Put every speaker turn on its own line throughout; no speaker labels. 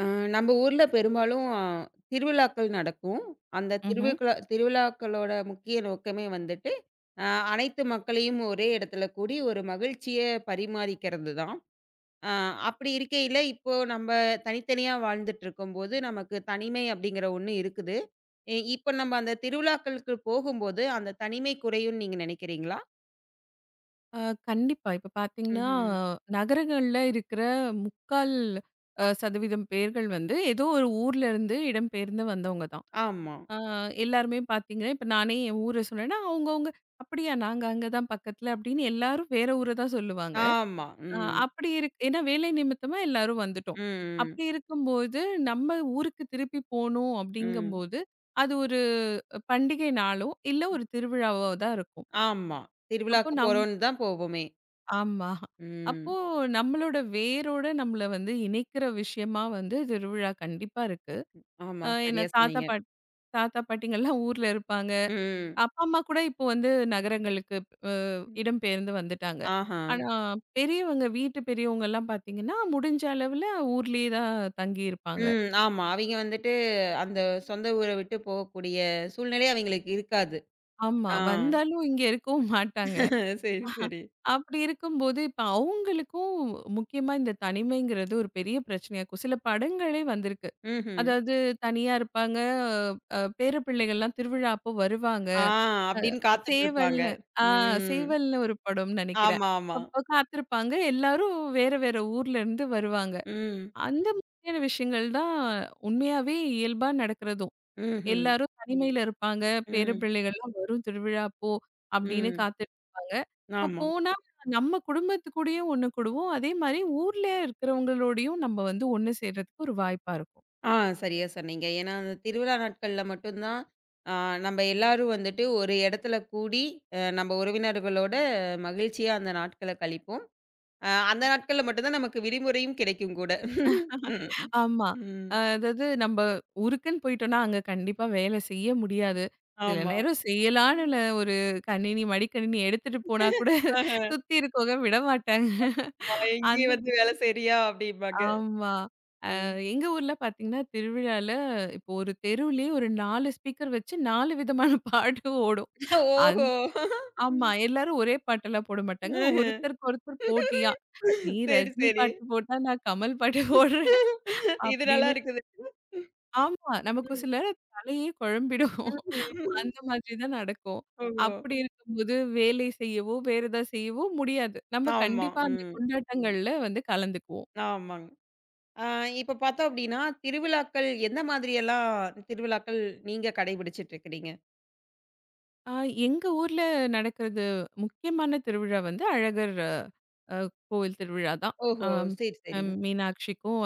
அ நம்ம ஊர்ல பெரும்பாலும் திருவிழாக்கள் நடக்கும். அந்த
ம்ஹ்ம்.
திருவிழாக்களோட முக்கிய நோக்கமே வந்துட்டு, அ அனைத்து மக்களையும் ஒரே இடத்துல கூடி ஒரு மகிழ்ச்சிய பரிமாறிக்கிறது தான். அ அப்படி இருக்கையில, இப்போ நம்ம தனித்தனியா வாழ்ந்துட்டு இருக்கும்போது, நமக்கு தனிமை அப்படிங்கிற ஒண்ணு இருக்குது. இப்போ நம்ம அந்த திருவிழாக்களுக்கு போகும்போது, அந்த தனிமை குறையும்னு நீங்க நினைக்கிறீங்களா?
அ கண்டிப்பா. இப்ப பார்த்தீங்கன்னா,
ம்ஹ்ம்.
நகரங்கள்ல இருக்கிற முக்கால் சதவீதம் பேர்கள் வந்து ஏதோ ஒரு ஊர்ல இருந்து இடம்பெயர்ந்து வந்தவங்க தான்.
ஆமா,
அ எல்லாருமே பார்த்தீங்கன்னா, இப்ப நானே என் ஊர சொன்னேன்னா, அவங்கவங்க "அப்படியா நாங்க அங்க தான் பக்கத்துல" அப்படின்னு எல்லாரும் வேற ஊர தான் சொல்லுவாங்க.
ஆமா.
அ
ம்.
அப்படி இருக் ஏன்னா வேலை நிமித்தமா எல்லாரும் வந்துட்டோம்.
ம்,
அப்படி இருக்கும்போது நம்ம ஊருக்கு திருப்பி போணும்
ம், ம்.
அப்படிங்கும்போது, அது ஒரு பண்டிகை நாளோ, இல்ல ஒரு திருவிழாவோ தான் இருக்கும்.
ஆமா.
அப்போ
திருவிழாக்கு
நம்
போறோம்ன்னு தான் போவோமே!
ஆமா. அப்போ
ம்.
நம்மளோட வேரோட நம்மள வந்து இணைக்கிற விஷயமா வந்து திருவிழா கண்டிப்பா இருக்கு.
ஆமா.
ஏன்னா
சரியா சொன்னீங்க.
தாத்தா பாட்டிங்கலாம் ஊர்ல இருப்பாங்க.
ம்.
அப்பா, அம்மா கூட இப்போ வந்து நகரங்களுக்கு இடம்பெயர்ந்து வந்துட்டாங்க.
ஆஹா.
ஆனா பெரியவங்க வீட்டு பெரியவங்கலாம் பார்த்தீங்கன்னா, முடிஞ்ச அளவுல ஊர்லயே தான் தங்கி இருப்பாங்க.
ம். ஆமா. அவிங்க வந்துட்டு அந்த சொந்த ஊர விட்டு போகக்கூடிய சூழ்நிலை அவிங்களுக்கு இருக்காது.
ஆமா.
ஆ.
வந்தாலும் இங்க இருக்கவும் மாட்டாங்க.
சரி, சரி.
அப்படி இருக்கும்போது, இப்ப அவங்களுக்கும் முக்கியமா இந்த தனிமைங்கிறது ஒரு பெரிய பிரச்சனையா இருக்கும். சில படங்களே வந்திருக்கு.
ம்ஹ்ம்.
அதாவது தனியா இருப்பாங்க. பேர பிள்ளைகள்லாம் திருவிழா அப்போ வருவாங்க.
ஆ அப்டின்னு காத்துட்டு இருப்பாங்க.
சேவல்னு ஆ
ம்.
சேவல்னு ஒரு படம்னு நெனைக்கிறேன்.
ஆமா, ஆமா.
அப்போ காத்திருப்பாங்க. எல்லாரும் வேற வேற ஊர்ல இருந்து வருவாங்க.
ம்.
அந்த மாதிரியான விஷயங்கள் தான் உண்மையாவே இயல்பா நடக்கிறதும்.
ம்ஹ்ம்.
எல்லாரும் தனிமையில இருப்பாங்க. பேர
ம்.
பிள்ளைகள்லாம் வரும் திருவிழா அப்போ அப்படின்னு
ம்.
காத்துட்ருப்பாங்க. இப்போ
ஆமா.
போனா நம்ம குடும்பத்து கூடயும் ஒண்ணு கூடுவோம். அதே மாரி ஊர்ல இருக்கிறவங்களோடையும் நம்ம வந்து ஒண்ணு சேர்றதுக்கு ஒரு வாய்ப்பா இருக்கும்.
ஆ சரியா சொன்னீங்க. ஏன்னா, அந்த திருவிழா நாட்கள்ல மட்டும் தான் ஆ நம்ப எல்லாரும் வந்துட்டு ஒரு இடத்துல கூடி, நம்ப உறவினர்களோட மகிழ்ச்சியா அந்த நாட்கள கழிப்போம். அந்த நாட்கள்ல மட்டும் தான் நமக்கு விடுமுறையும் கிடைக்கும் கூட. ம்.
ஆமா.
ம்.
அதாவது நம்ப உருக்குன்னு போயிட்டோம்னா, அங்க கண்டிப்பா வேலை செய்ய முடியாது. சில
ஆமா.
நேரம் செய்யலான்னுல ஒரு கணினி, மடிக்கணினி எடுத்துட்டு போனா கூட
ஆஹ.
சுத்தி இருக்கவங்க விடமாட்டாங்க.
"அவ இங்கேயே
அந்த
வந்து வேலை செய்றியா?" அப்படிம்பாங்க.
ஆமா.
ம்.
எங்க ஊர்ல பார்த்தீங்கன்னா, திருவிழால இப்போ ஒரு தெருவுலயே ஒரு 4 ஸ்பீக்கர் வச்சு 4 விதமான பாட்டு ஓடும். அந்
ஓஹோ!
ஆமா.
ம்.
எல்லாரும் ஒரே பாட்டெல்லாம் போட மாட்டாங்க.
ம்ஹ்ம்.
ஒருத்தருக்கு ஒருத்தர் போட்டியா. "நீ
சரி,
ரஜினி
சரி.
பாட்டு போட்டா, நான் கமல் பாட்டு போடுறேன்"
இது நல்லா
அப்படின்னு.
இருக்குது.
ஆமா. நமக்கு
ம்.
சில தலையே குழம்பிடும்.
ம்ஹ்ம்.
அந்த மாதிரி தான் நடக்கும்.
ஓஹோ!
அப்படி இருக்கும்போது வேலை செய்யவோ, வேற ஏதாவது செய்யவோ முடியாது. நம்ம
ஆமா.
கண்டிப்பா அந்த
ம்.
கொண்டாட்டங்கள்ல வந்து கலந்துக்குவோம்.
ஆமாங்க. ஆ இப்ப பார்த்தோம் அப்படின்னா, திருவிழாக்கள் எந்த மாதிரியெல்லாம் திருவிழாக்கள் நீங்க கடைபிடிச்சிட்டு இருக்கிறீங்க?
ஆ எங்க ஊர்ல நடக்கிறது முக்கியமான திருவிழா வந்து அழகர் அ கோவில் திருவிழா தான்.
ஓஹோ!
அம்
சரி,
அம்
சரிங்க.
மீனாட்சிக்கும்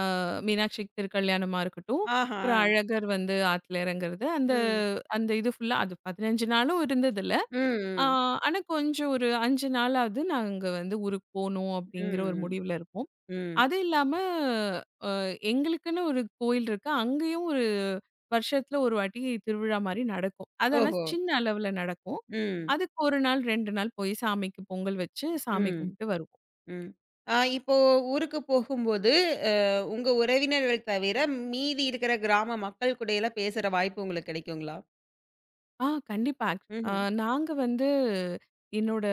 அ மீனாட்சி திருக்கல்யாணமா இருக்கட்டும்.
ஆஹா.
அப்புறம் அழகர் வந்து ஆத்துல இறங்குறது. அந்த
ம்.
அந்த இது ஃபுல்லா அது 15 நாளும் இருந்ததில்ல. ஆ
ம்,
ஆனா கொஞ்சம் ஒரு 5 நாளாவது நாங்க வந்து ஊருக்கு போணும் அப்படிங்கிற ஒரு
ம்,
முடிவுல இருக்கோம்.
ம்.
அது இல்லாம அ எங்களுக்குன்னு ஒரு கோயில் இருக்கு. அங்கேயும் ஒரு வருஷத்துல ஒரு வாட்டி திருவிழா மாரி நடக்கும். அது ஆனா
ஓஹோ!
சின்ன அளவுல நடக்கும்.
ம்,
அதுக்கு 1 நாள், 2 நாள் போய் சாமிக்கு பொங்கல் வச்சு சாமி
ம்,
கும்பிட்டு வருவோம்.
ம். இப்போ ஊருக்கு போகும்போது, அ உங்க உறவினர்கள் தவிர, மீதி இருக்கிற கிராம மக்கள் கூடயெல்லாம் பேசுற வாய்ப்பு உங்களுக்கு கிடைக்குங்களா?
கண்டிப்பா. ஆக் அ
ம்ஹ்ம்.
நாங்க வந்து என்னோட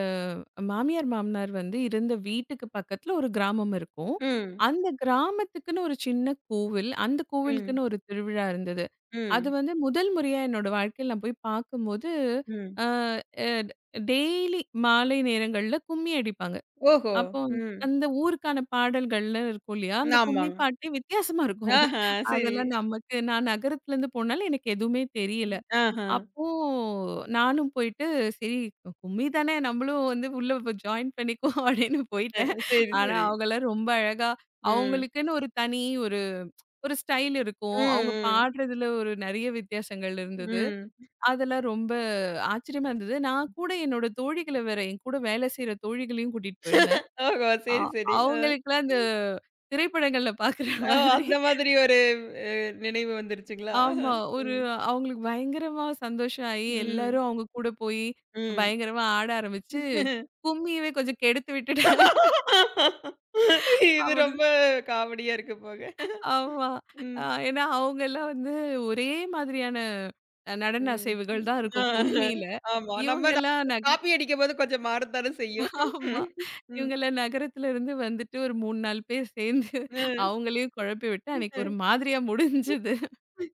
மாமியார், மாமனார் வந்து இருந்த வீட்டுக்கு பக்கத்துல ஒரு கிராமம் இருக்கும்.
ம்,
அந்த கிராமத்துக்குன்னு ஒரு சின்ன கோவில். அந்த
ம்,
கோவிலுக்குன்னு ஒரு திருவிழா இருந்தது. அது
ம்,
வந்து முதல் முறையா என்னோட வாழ்க்கையில நான் போய் பார்க்கும்போது,
ம்.
அ அ டெய்லி மாலை நேரங்கள்ல கும்மி அடிப்பாங்க.
ஓஹோ!
அப்போ
ம்.
அந்த ஊருக்கான பாடல்கள்லாம் இருக்கும் இல்லையா? அந்த கும்மி
ஆமாங்க.
பாட்டே வித்தியாசமா இருக்கும்.
ஆஹா, சரி.
அதெல்லாம் நமக்கு நான் நகரத்துலேருந்து போனாலும் எனக்கு எதுவுமே தெரியல.
ஆஹா.
அப்போ நானும் போயிட்டு, சரி கும்மி தானே நம்மளும் வந்து உள்ள ஜாயின் பண்ணிக்குவோம் அப்படின்னு
அ
போயிட்டேன்.
சரி,
ஆனா
சரி.
அவங்கலாம் ரொம்ப அழகா
ம்,
அவங்களுக்குன்னு ஒரு தனி ஒரு ஒரு ஸ்டைல்
ம்,
இருக்கும். அவங்க
ம்,
பாடுறதுல ஒரு நெறைய வித்தியாசங்கள் இருந்தது.
ம்.
அதெல்லாம் ரொம்ப ஆச்சரியமா இருந்தது. நான் கூட என்னோட தோழிகள வேற என் கூட வேலை செய்ற தோழிகளையும் கூட்டிட்டு போயிருந்தேன்.
ஓஹோ!
அ
சரி, சரி.
அவங்களுக்கெல்லாம் இந்த திரைப்படங்கள்ல பாக்குற
ஓ!
மாதிரி
அந்த மாதிரி ஒரு அ நினைவு வந்துருச்சுங்களா?
ஆமா. ஒரு
ம்.
அவங்களுக்கு பயங்கரமா சந்தோஷம் ஆயி,
ம்.
எல்லாரும் அவங்க கூட போயி,
ம்.
பயங்கரமா ஆட ஆரம்பிச்சு, கும்மியவே கொஞ்சம் கெடுத்து விட்டுட்டேன்.
இது
அப்படின்னு
ரொம்ப காமெடியா இருக்கு போங்க.
ஆமா. அ
ம்.
ஏன்னா அவங்கலாம் வந்து ஒரே மாதிரியான நடன
ம்.
அசைவுகள்
ம்.
தான்
ஆ.
இருக்கும் கும்மியில.
ஆமா. நம்ம
இவங்கலாம் நக
காப்பி அடிக்கும்போது கொஞ்சம் மாறத்தானே செய்யும்.
ஆமா.
ம். ம்.
இவங்கலாம் நகரத்துல இருந்து வந்துட்டு ஒரு 3, 4 பேர் சேர்ந்து அவங்களையும் குழப்பி விட்டு அன்னைக்கு ஒரு
ம்.
மாதிரியா முடிஞ்சது.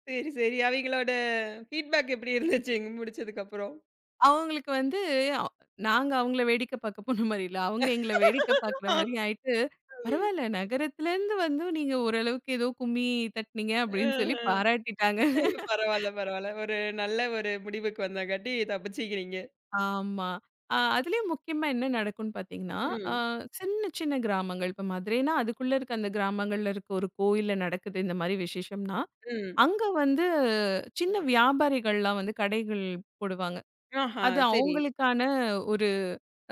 சரி, சரி. அவைங்களோட ஃபீட்பேக் எப்படி இருந்துச்சுங்க முடிச்சதுக்கப்புறம்?
அவங்களுக்கு வந்து அ நாங்க அவங்கள வேடிக்கை பார்க்க போன மாரி இல்ல. அவங்க எங்கள வேடிக்கை பார்க்குற மாரி ஆயிட்டு பரவால்ல. நகரத்துலருந்து வந்தும் நீங்க ஓரளவுக்கு ஏதோ கும்மி தட்டுனீங்க அப்படின்னு சொல்லி
ம்ஹ்ம்.
பாராட்டிட்டாங்க.
பரவால்ல, பரவால்ல. ஒரு நல்ல ஒரு முடிவுக்கு வந்தங்காட்டி தப்பிச்சுக்கிறீங்க.
ஆமா. அதுலயும் முக்கியமா என்ன நடக்கும்ன்னு பார்த்தீங்கன்னா, அ
ம்.
சின்ன சின்ன கிராமங்கள் இப்ப மதுரைன்னா அதுக்குள்ள இருக்க அந்த கிராமங்கள்ல இருக்க ஒரு கோயில்ல நடக்குது இந்த மாரி விசேஷம்னா,
ம்.
அங்க வந்து சின்ன வியாபாரிகள்லாம் வந்து கடைகள் போடுவாங்க.
ஆஹா!
அது
சரி.
அவங்களுக்கான ஒரு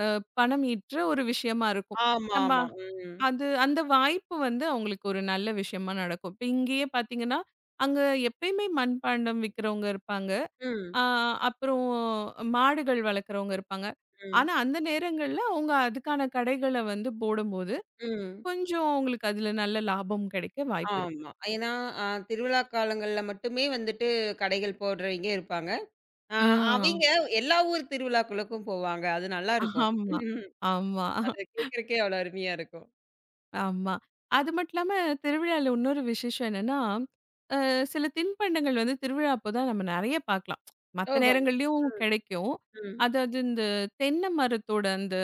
அ பணம் ஈற்ற ஒரு விஷயமா இருக்கும்.
ஆமா,
நம்ம
ஆமா. ம்.
அது அந்த வாய்ப்பு வந்து அவங்களுக்கு ஒரு நல்ல விஷயமா நடக்கும். இப்ப இங்கேயே பார்த்தீங்கன்னா, அங்க எப்பயுமே மண்பாண்டம் விக்கிறவங்க இருப்பாங்க. ஆ
ம்.
அப்புறம் மாடுகள் வளர்க்குறவங்க இருப்பாங்க.
ம்.
ஆனா, அந்த நேரங்கள்ல அவங்க அதுக்கான கடைகள வந்து போடும்போது,
ம்.
கொஞ்சம் அவங்களுக்கு அதுல நல்ல லாபம் கிடைக்க வாய்ப்பு இருக்கு.
ஆமா. ஏன்னா, அ திருவிழா காலங்கள்ல மட்டுமே வந்துட்டு கடைகள் போடுறவைங்க இருப்பாங்க. அ
ஆ.
அவைங்க எல்லா ஊர் திருவிழாக்களுக்கும் போவாங்க. அது நல்லாருக்கும்.
ஆமா,
ம்.
ஆமா.
அத கேட்கறக்கே அவ்வளோ அருமையா இருக்கும்.
ஆமா. அது மட்டும் இல்லாம திருவிழால இன்னொரு விசேஷம் என்னன்னா, அ சில தின்பண்டங்கள் வந்து திருவிழா அப்போ தான் நம்ம நெறைய பார்க்கலாம். மத்த
ஓஹோ!
நேரங்கள்லயும்
ம்.
கிடைக்கும்.
ம்.
அதாவது இந்த தென்னை மரத்தோட அந்த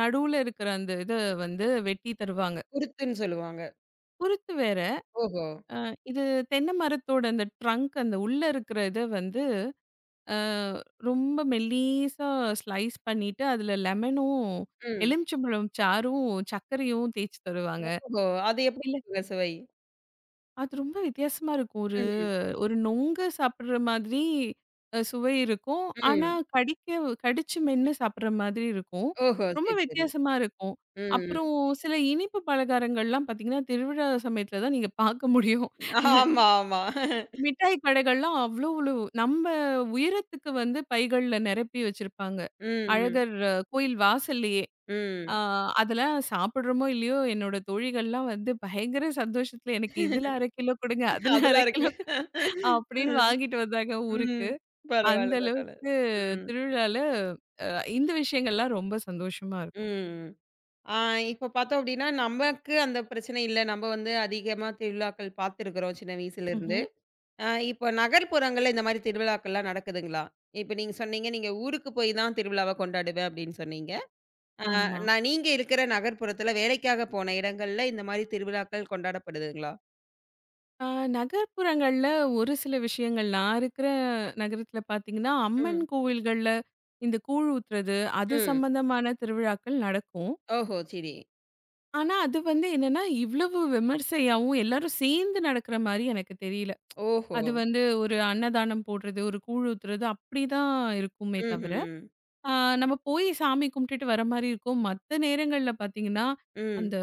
நடுவுல இருக்கிற அந்த இத வந்து வெட்டி தருவாங்க.
குருத்துன்னு சொல்லுவாங்க.
குருத்து வேற.
ஓஹோ!
அ இது தென்னை மரத்தோட அந்த ட்ரங்க் அந்த உள்ள இருக்கிற இத வந்து அ ரொம்ப மெல்லிசா ஸ்லைஸ் பண்ணிட்டு அதில லெமனும்,
ம்.
எலுமிச்சம்பழம் சாறும், சர்க்கரையும் தேய்ச்சு தருவாங்க.
ஓஹோ! அது எப்படி
இல்ல
இருக்குங்க சுவை?
அது ரொம்ப வித்தியாசமா இருக்கும்.
ம்.
ஒரு நொங்கு சாப்பிடுற மாதிரி சுவை இருக்கும். ஆனா,
ம்.
கடிக்க கடிச்சு மென்னு சாப்பிடுற மாதிரி இருக்கும்.
ஓஹோ!
ரொம்ப
சரி, சரி.
வித்தியாசமா இருக்கும்.
ம்.
அப்புறம் சில இனிப்பு பலகாரங்கள்லாம் பார்த்தீங்கன்னா, திருவிழா சமயத்தில தான் நீங்க பார்க்க முடியும்.
ஆமா, ஆமா.
மிட்டாய் கடைகள்லாம் அவ்ளோ நம்ம உயரத்துக்கு வந்து பைகள்ல நிரப்பி வச்சிருப்பாங்க.
ம்.
அழகர் கோயில் வாசல்லயே. ஆ
ம்.
அதெல்லாம் சாப்பிடுறோமோ, இல்லையோ என்னோட தோழிகள்லாம் வந்து பயங்கர சந்தோஷத்தில எனக்கு இதில 1/2 கிலோ கொடுங்க, அதில 1/2
அதெல்லாம்
கிலோ
இருக்குல்ல.
அப்படின்னு
ம்.
வாங்கிட்டு வந்தாங்க ஊருக்கு.
ம்.
அந்த
பரவால்ல, பரவால்ல.
அளவுக்கு
ம்.
திருவிழால அ இந்த விஷயங்கள்லாம் ரொம்ப சந்தோஷமா இருக்கும்.
ம். ஆ இப்ப பார்த்தோம் அப்டின்னா, நமக்கு அந்த பிரச்சனை இல்ல. நம்ம வந்து அதிகமா திருவிழாக்கள் பார்த்துருக்குறோம் சின்ன வயசுலருந்து.
ம்ஹ்ம்.
இப்போ நகர்ப்புறங்கள்ல இந்த மாரி திருவிழாக்கள்லாம் நடக்குதுங்களா? இப்ப நீங்க சொன்னீங்க, நீங்க ஊருக்கு போய் தான் திருவிழாவ கொண்டாடுவேன் அப்டின்னு சொன்னீங்க. அ
ஆமா.
நான் நீங்க இருக்கிற நகர்ப்புறத்துல வேலைக்காக போன இடங்கள்ல இந்த மாரி திருவிழாக்கள் கொண்டாடப்படுதுங்களா?
அ நகர்ப்புறங்கள்ல ஒரு சில விஷயங்கள் நான் இருக்கிற நகரத்துல பார்த்தீங்கன்னா, அம்மன்
ம்.
கோவில்கள்ல இந்த கூழ் ஊத்துறது, அது
ம்.
சம்பந்தமான திருவிழாக்கள் நடக்கும்.
ஓஹோ! சரி.
ஆனா, அது வந்து என்னன்னா, இவ்வளவு விமர்சையாவும் எல்லாரும் சேர்ந்து நடக்கிற மாரி எனக்கு தெரியல.
ஓஹோ!
அது வந்து ஒரு அன்னதானம் போடுறது, ஒரு கூழ் ஊத்துறது அப்படிதான் இருக்குமே தவிர
ம்ஹ்ம்.
ஆ, நம்ம போய் சாமி கும்பிட்டுட்டு வர மாரி இருக்கும். மத்த நேரங்கள்ல பார்த்தீங்கன்னா,
ம்.
அந்த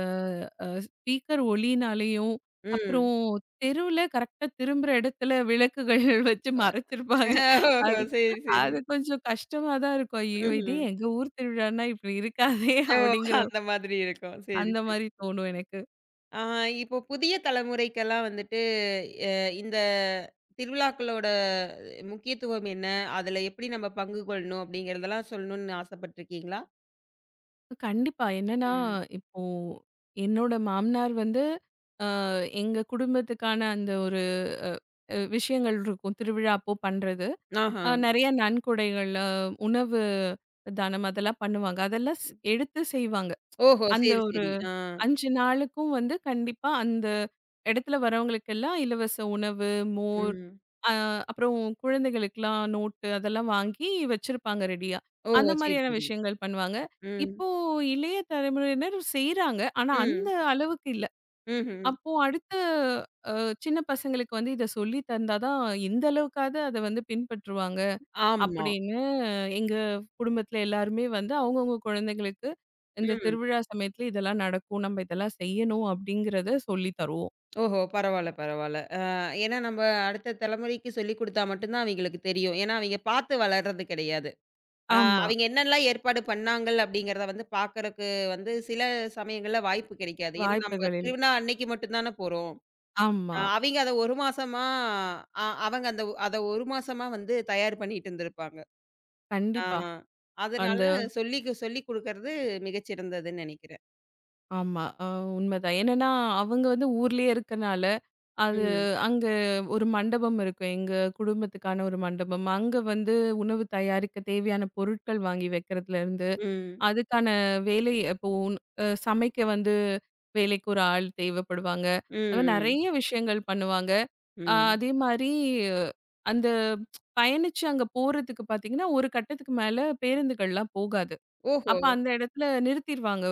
ஸ்பீக்கர் ஒலினாலேயும், அப்புறம்
ம்.
தெருவுல கரெக்ட்டா திரும்புற இடத்துல விளக்குகள் வச்சு
அ.
மறைச்சிருப்பாங்க.
ஓஹோ!
அது
சரி, சரி.
அது கொஞ்சம் கஷ்டமா தான் இருக்கும். ஐயோ! இதே
ம்ஹ்ம்.
எங்க ஊர் திருவிழான்னா இப்படி இருக்காதே
ஓ!
அப்படிங்கிற
அந்த மாதிரி இருக்கும். சரி,
அந்த
சரி.
மாரி தோணும் எனக்கு.
ஆ இப்போ புதிய தலைமுறைக்கெல்லாம் வந்துட்டு, எ இந்த திருவிழாக்களோட முக்கியத்துவம் என்ன? அதுல எப்படி நம்ம பங்கு கொள்ளணும்? அப்படிங்கிறதெல்லாம் சொல்லணும்னு ஆசைப்பட்டுருக்கீங்களா?
கண்டிப்பா. என்னன்னா,
ம்.
இப்போ என்னோட மாமனார் வந்து அ எங்க குடும்பத்துக்கான அந்த ஒரு அ அ விஷயங்கள் இருக்கும். திருவிழா அப்போ பண்றது.
ஆஹா.
நெறைய நன்கொடைகள், உணவு தானம் அதெல்லாம் பண்ணுவாங்க. அதெல்லாம் எடுத்து செய்வாங்க.
ஓஹோ!
அந்த
சரி,
ஒரு
சரி. ஆ.
5 நாளுக்கும் வந்து கண்டிப்பா அந்த இடத்துல வரவங்களுக்கெல்லாம் இலவச உணவு, மோர்,
ம்.
அ அப்புறம் குழந்தைகளுக்குலாம் நோட்டு அதெல்லாம் வாங்கி வச்சிருப்பாங்க ரெடியா.
ஓஹோ!
அந்த
சரி,
மாரியான
சரி.
விஷயங்கள் பண்ணுவாங்க.
ம்.
இப்போ இளைய தலைமுறையினர் செய்றாங்க. ஆனா அந்த
ம்.
அளவுக்கு இல்ல.
ம்ஹ்ம்.
அப்போ அடுத்த அ சின்ன பசங்களுக்கு வந்து இத சொல்லி தந்தா தான் இந்த அளவுக்காவது அத வந்து பின்பற்றுவாங்க.
ஆமா.
அப்படின்னு எங்க குடும்பத்துல எல்லாருமே வந்து அவங்கவங்க குழந்தைங்களுக்கு இந்த
ம்.
திருவிழா சமயத்துல இதெல்லாம் நடக்கும். நம்ம இதெல்லாம் செய்யணும் அப்படிங்கிறத சொல்லி தருவோம்.
ஓஹோ! பரவால்ல, பரவால்ல. ஏன்னா நம்ம அடுத்த தலைமுறைக்கு சொல்லிக் குடுத்தா மட்டும் தான் அவைங்களுக்கு தெரியும். ஏன்னா அவைங்க பார்த்து வளர்றது கிடையாது. அ
ஆமா.
அவைங்க என்னெல்லாம் ஏற்பாடு பண்ணாங்கள் அப்படிங்கிறத வந்து பார்க்கறக்கு வந்து சில சமயங்கள்ல வாய்ப்பு கிடைக்காது. ஏன்னா நம்ம
வாய்ப்புகள் இல்ல.
திருவிழா அன்னைக்கு மட்டும் தானே போறோம்.
ஆமா.
அவைங்க அத 1 மாசமா அவங்க அந்த அத 1 மாசமா வந்து தயார் பண்ணிட்டு இருந்திருப்பாங்க. ஆ
கண்டிப்பா. அந்த
அதனால சொல்லிக் சொல்லிக் குடுக்கறது மிகச்சிறந்ததுன்னு நெனைக்கிறேன்.
ஆமா. உண்மதான். என்னன்னா அவங்க வந்து ஊர்லயே இருக்கனால, அது
ம்,
அங்க ஒரு மண்டபம் இருக்கும். எங்க குடும்பத்துக்கான ஒரு மண்டபம். அங்க வந்து உணவு தயாரிக்க தேவையான பொருட்கள் வாங்கி வைக்கிறதுல இருந்து
ம், ம்,
அதுக்கான வேலை இப்போ உன் அ சமைக்க வந்து வேலைக்கு ஒரு ஆள் தேவைப்படுவாங்க. அது மாரி
ம்,
நெறைய விஷயங்கள் பண்ணுவாங்க.
ம்.
அதே மாரி அந்த பயணிச்சு அங்க போறதுக்கு பார்த்தீங்கன்னா, ஒரு கட்டத்துக்கு மேல பேருந்துகள்லாம் போகாது.
ஓஹோ!
அப்ப அந்த இடத்துல நிறுத்திருவாங்க.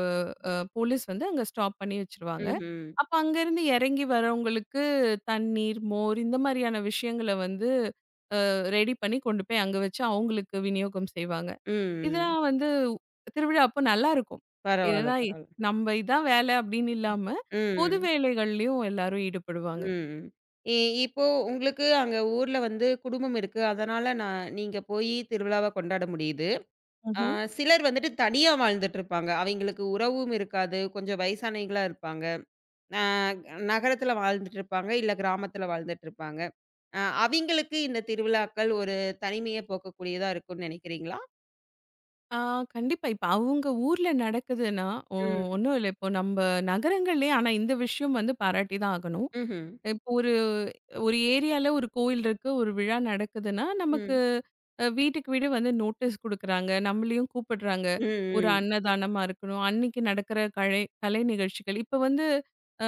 போலீஸ் வந்து அங்க ஸ்டாப் பண்ணி வச்சுருவாங்க.
ம்ஹ்ம்.
அப்ப அங்கருந்து இறங்கி வரவங்களுக்கு தண்ணீர், மோர் இந்த மாரியான விஷயங்கள வந்து ரெடி பண்ணி கொண்டு போய் அங்க வச்சு அவங்களுக்கு விநியோகம் செய்வாங்க.
ம், ம். ம்.
இதெல்லாம் வந்து திருவிழா அப்போ நல்லாருக்கும்.
பரவால்ல,
என்னன்னா இ-
பரவால்ல.
நம்ம இதான் வேலை அப்படின்னு இல்லாம, பொது
ம்,
வேலைகள்லயும் எல்லாரும் ஈடுபடுவாங்க.
ம், ம். இ இப்போ உங்களுக்கு அங்க ஊர்ல வந்து குடும்பம் இருக்கு. அதனால நான் நீங்க போயி திருவிழாவ கொண்டாட முடியுது. ஆ
ம்ஹ்ம்.
சிலர் வந்துட்டு தனியா வாழ்ந்துட்டுருப்பாங்க. அவைங்களுக்கு உறவும் இருக்காது. கொஞ்சம் வயசானவைங்களா இருப்பாங்க. ஆ நகரத்துல வாழ்ந்துட்டுருப்பாங்க, இல்ல கிராமத்துல வாழ்ந்துட்டுருப்பாங்க. அ அவிங்களுக்கு இந்த திருவிழாக்கள் ஒரு தனிமைய போக்கக்கூடியதா இருக்கும்னு நெனைக்கிறீங்களா?
ஆ கண்டிப்பா. இப்ப அவங்க ஊர்ல நடக்குதுன்னா, ஒ
ம்.
ஒண்ணும் இல்ல. இப்போ நம்ம நகரங்கள்லயே ஆனா இந்த விஷயம் வந்து பாராட்டி தான் ஆகணும்.
ம்ஹ்ம்.
இப்போ ஒரு ஒரு ஏரியால ஒரு கோயில் இருக்கு, ஒரு விழா நடக்குதுன்னா, நமக்கு
ம்.
வீட்டுக்கு வீடு வந்து நோட்டீஸ் குடுக்குறாங்க. நம்மளையும் கூப்பிடுறாங்க.
ம்,
ஒரு
ம்.
அன்னதானமா இருக்கணும், அன்னைக்கு நடக்கிற கலை கலை நிகழ்ச்சிகள். இப்ப வந்து அ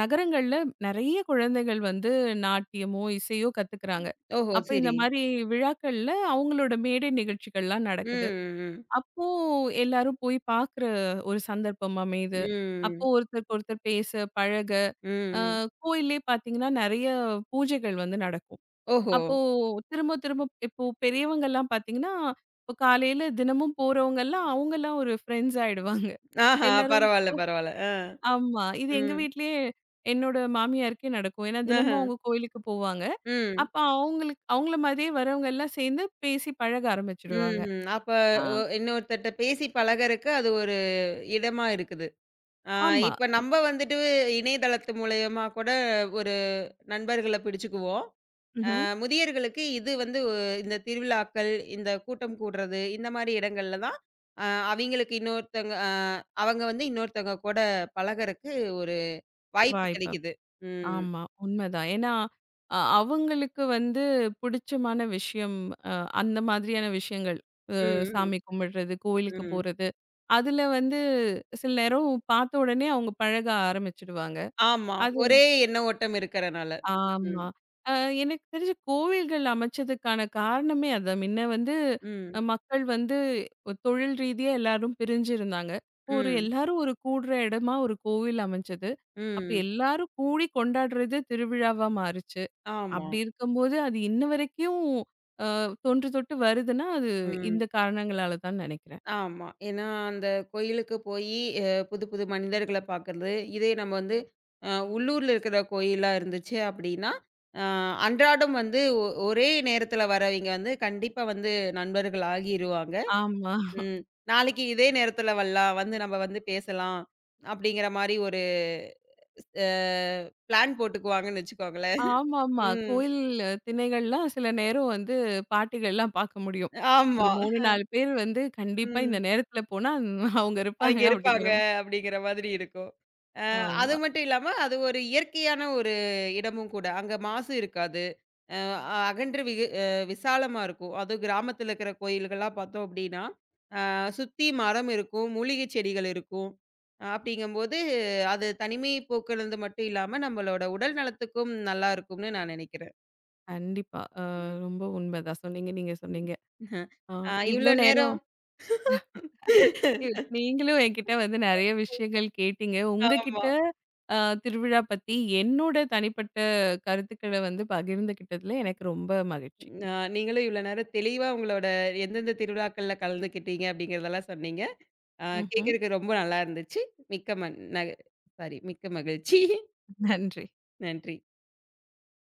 நகரங்கள்ல நெறைய குழந்தைகள் வந்து நாட்டியமோ, இசையோ கத்துக்கிறாங்க.
ஓஹோ!
அப்ப இந்த
சரி.
மாரி விழாக்கள்ல அவங்களோட மேடை நிகழ்ச்சிகள்லாம்
ம்,
நடக்குது.
ம், ம்.
அப்போ எல்லாரும் போய் பார்க்குற ஒரு சந்தர்ப்பம் அமையுது. அப்போ
ம்,
ஒருத்தருக்கு ஒருத்தர் பேச, பழக, அ
ம்.
கோயில்லயே பார்த்தீங்கன்னா, நெறைய பூஜைகள் வந்து நடக்கும்.
ஓஹோ!
அப்போ திரும்ப திரும்ப இப்போ பெரியவங்கலாம் பார்த்தீங்கன்னா, இப்போ காலையில தினமும் போறவங்கலாம், அவங்கலாம் ஒரு ஃப்ரெண்ட்ஸ் ஆயிடுவாங்க.
ஆஹா!
எல்லாரும்
பரவால்ல, பரவால்ல.
ஆமா. இது எங்க
ம்.
வீட்லயே என்னோட மாமியாருக்கே நடக்கும். ஏன்னா தினமும்
ஆஹா.
அவங்க கோயிலுக்கு போவாங்க.
ம்.
அப்ப அவங்களுக்கு அவங்கள மாதிரியே வரவங்கலாம் சேர்ந்து பேசி பழக ஆரம்பிச்சுடுவாங்க.
ம்ஹ்ம். அப்ப
ஆ
இன்னொருத்தர்ட்ட பேசி பழகறக்கு அது ஒரு இடமா இருக்குது. ஆ
ஆமா.
இப்ப நம்ப வந்துட்டு இணையதளத்து மூலியமா கூட ஒரு நண்பர்கள பிடிச்சுக்குவோம்.
ம்ஹ்ம்.
முதியவர்களுக்கு இது வந்து இந்த திருவிழாக்கள், இந்த கூட்டம் கூடுறது, இந்த மாரி இடங்கள்ல தான் அ அவிங்களுக்கு இன்னொருத்தங்க அவங்க வந்து இன்னொருத்தவங்க கூட பழகறக்கு ஒரு வாய்ப்பு
வாய்ப்பு
கிடைக்குது. ம்.
ஆமா. உண்மதான். ஏன்னா, அவங்களுக்கு வந்து புடிச்சமான விஷயம் அ அந்த மாதிரியான விஷயங்கள்.
ம், ம்,
சாமி கும்பிடுறது, கோயிலுக்கு
ம்.
போறது. அதுல வந்து சில நேரம் பார்த்த உடனே அவங்க பழக ஆரம்பிச்சுடுவாங்க.
ஆமா.
அது
ஒரே எண்ண ஓட்டம் இருக்கறனால. ம்.
ஆமா. அ எனக்கு தெரிஞ்சு கோவில்கள் அமைச்சதுக்கான காரணமே அதான். முன்ன வந்து
ம்.
மக்கள் வந்து ஒரு தொழில் ரீதியா எல்லாரும் பிரிஞ்சிருந்தாங்க. ஒரு
ம்.
எல்லாரும் ஒரு கூடுற இடமா ஒரு கோவில் அமைஞ்சது. அப்ப
ம்.
எல்லாரும் கூடி கொண்டாடுறது திருவிழாவா மாறுச்சு.
ஆமா.
அப்படி இருக்கும்போது, அது இன்ன வரைக்கும் அ தொன்று தொட்டு வருதுன்னா, அது
ம்.
இந்த காரணங்களால தான் நெனைக்கிறேன்.
ஆமா. ஏன்னா அந்த கோயிலுக்கு போயி புது புது மனிதர்கள பார்க்கறது. இதே நம்ம வந்து அ உள்ளூர்ல இருக்கிற கோயிலா இருந்துச்சு அப்படின்னா, அ அன்றாடம் வந்து ஒரே நேரத்தில வரவைங்க வந்து கண்டிப்பா வந்து நண்பர்கள் ஆகிருவாங்க.
ஆமா.
ம். நாளைக்கு இதே நேரத்தில வரலாம். வந்து நம்ம வந்து பேசலாம். அப்படிங்கிற மாரி ஒரு அ பிளான் போட்டுக்குவாங்கன்னு வச்சுக்கோங்களேன்.
ஆமாமா.
ம்.
கோயில் திண்ணைகள்லாம் சில நேரம் வந்து பாட்டிகள்லாம் பார்க்க முடியும். ஒரு
ஆமா.
3, 4 பேர் வந்து கண்டிப்பா இந்த
ம்.
நேரத்துல போனா உம் அவங்க இருப்பாங்க
அவிங்க
அப்படிங்கிற
இருப்பாங்க அப்படிங்கிற மாதிரி இருக்கும். அ அது
ஆமா.
மட்டும் இல்லாம அது ஒரு இயற்கையான ஒரு இடமும் கூட. அங்க மாசு இருக்காது. அ அகன்ற விகு அ விசாலமா இருக்கும். அதுவும் கிராமத்துல இருக்கிற கோயில்கள்லாம் பார்த்தோம் அப்படின்னா, அ சுத்தி மரம் இருக்கும், மூலிகை செடிகள் இருக்கும். அப்படிங்கும்போது அது தனிமை போக்குறது மட்டும் இல்லாம நம்மளோட உடல் நலத்துக்கும் நல்லா இருக்கும்னு நான் நினைக்கிறேன்.
கண்டிப்பா. ரொம்ப உண்மைதான். சொன்னீங்க, நீங்க சொன்னீங்க.
ம்.
அ இவ்ளோ
இவ்ளோ
நேரம்
நேரம்
ஏய், நீங்களும் என்கிட்ட வந்து நெறைய விஷயங்கள் கேட்டீங்க. உங்ககிட்ட
ஆமா.
அ திருவிழா பத்தி என்னோட தனிப்பட்ட கருத்துக்கள வந்து பகிர்ந்துக்கிட்டதுல எனக்கு ரொம்ப மகிழ்ச்சி.
நீங்களும் இவ்வளோ நேரம் தெளிவா உங்களோட எந்தெந்த திருவிழாக்கள்ல கலந்துக்கிட்டீங்க அப்படிங்கிறதெல்லாம் சொன்னீங்க. ஆ
ம்ஹ்ம்.
கேட்கறக்கு ரொம்ப நல்லா இருந்துச்சு. மிக்க மன் ந சாரி மிக்க மகிழ்ச்சி.
நன்றி.
நன்றி.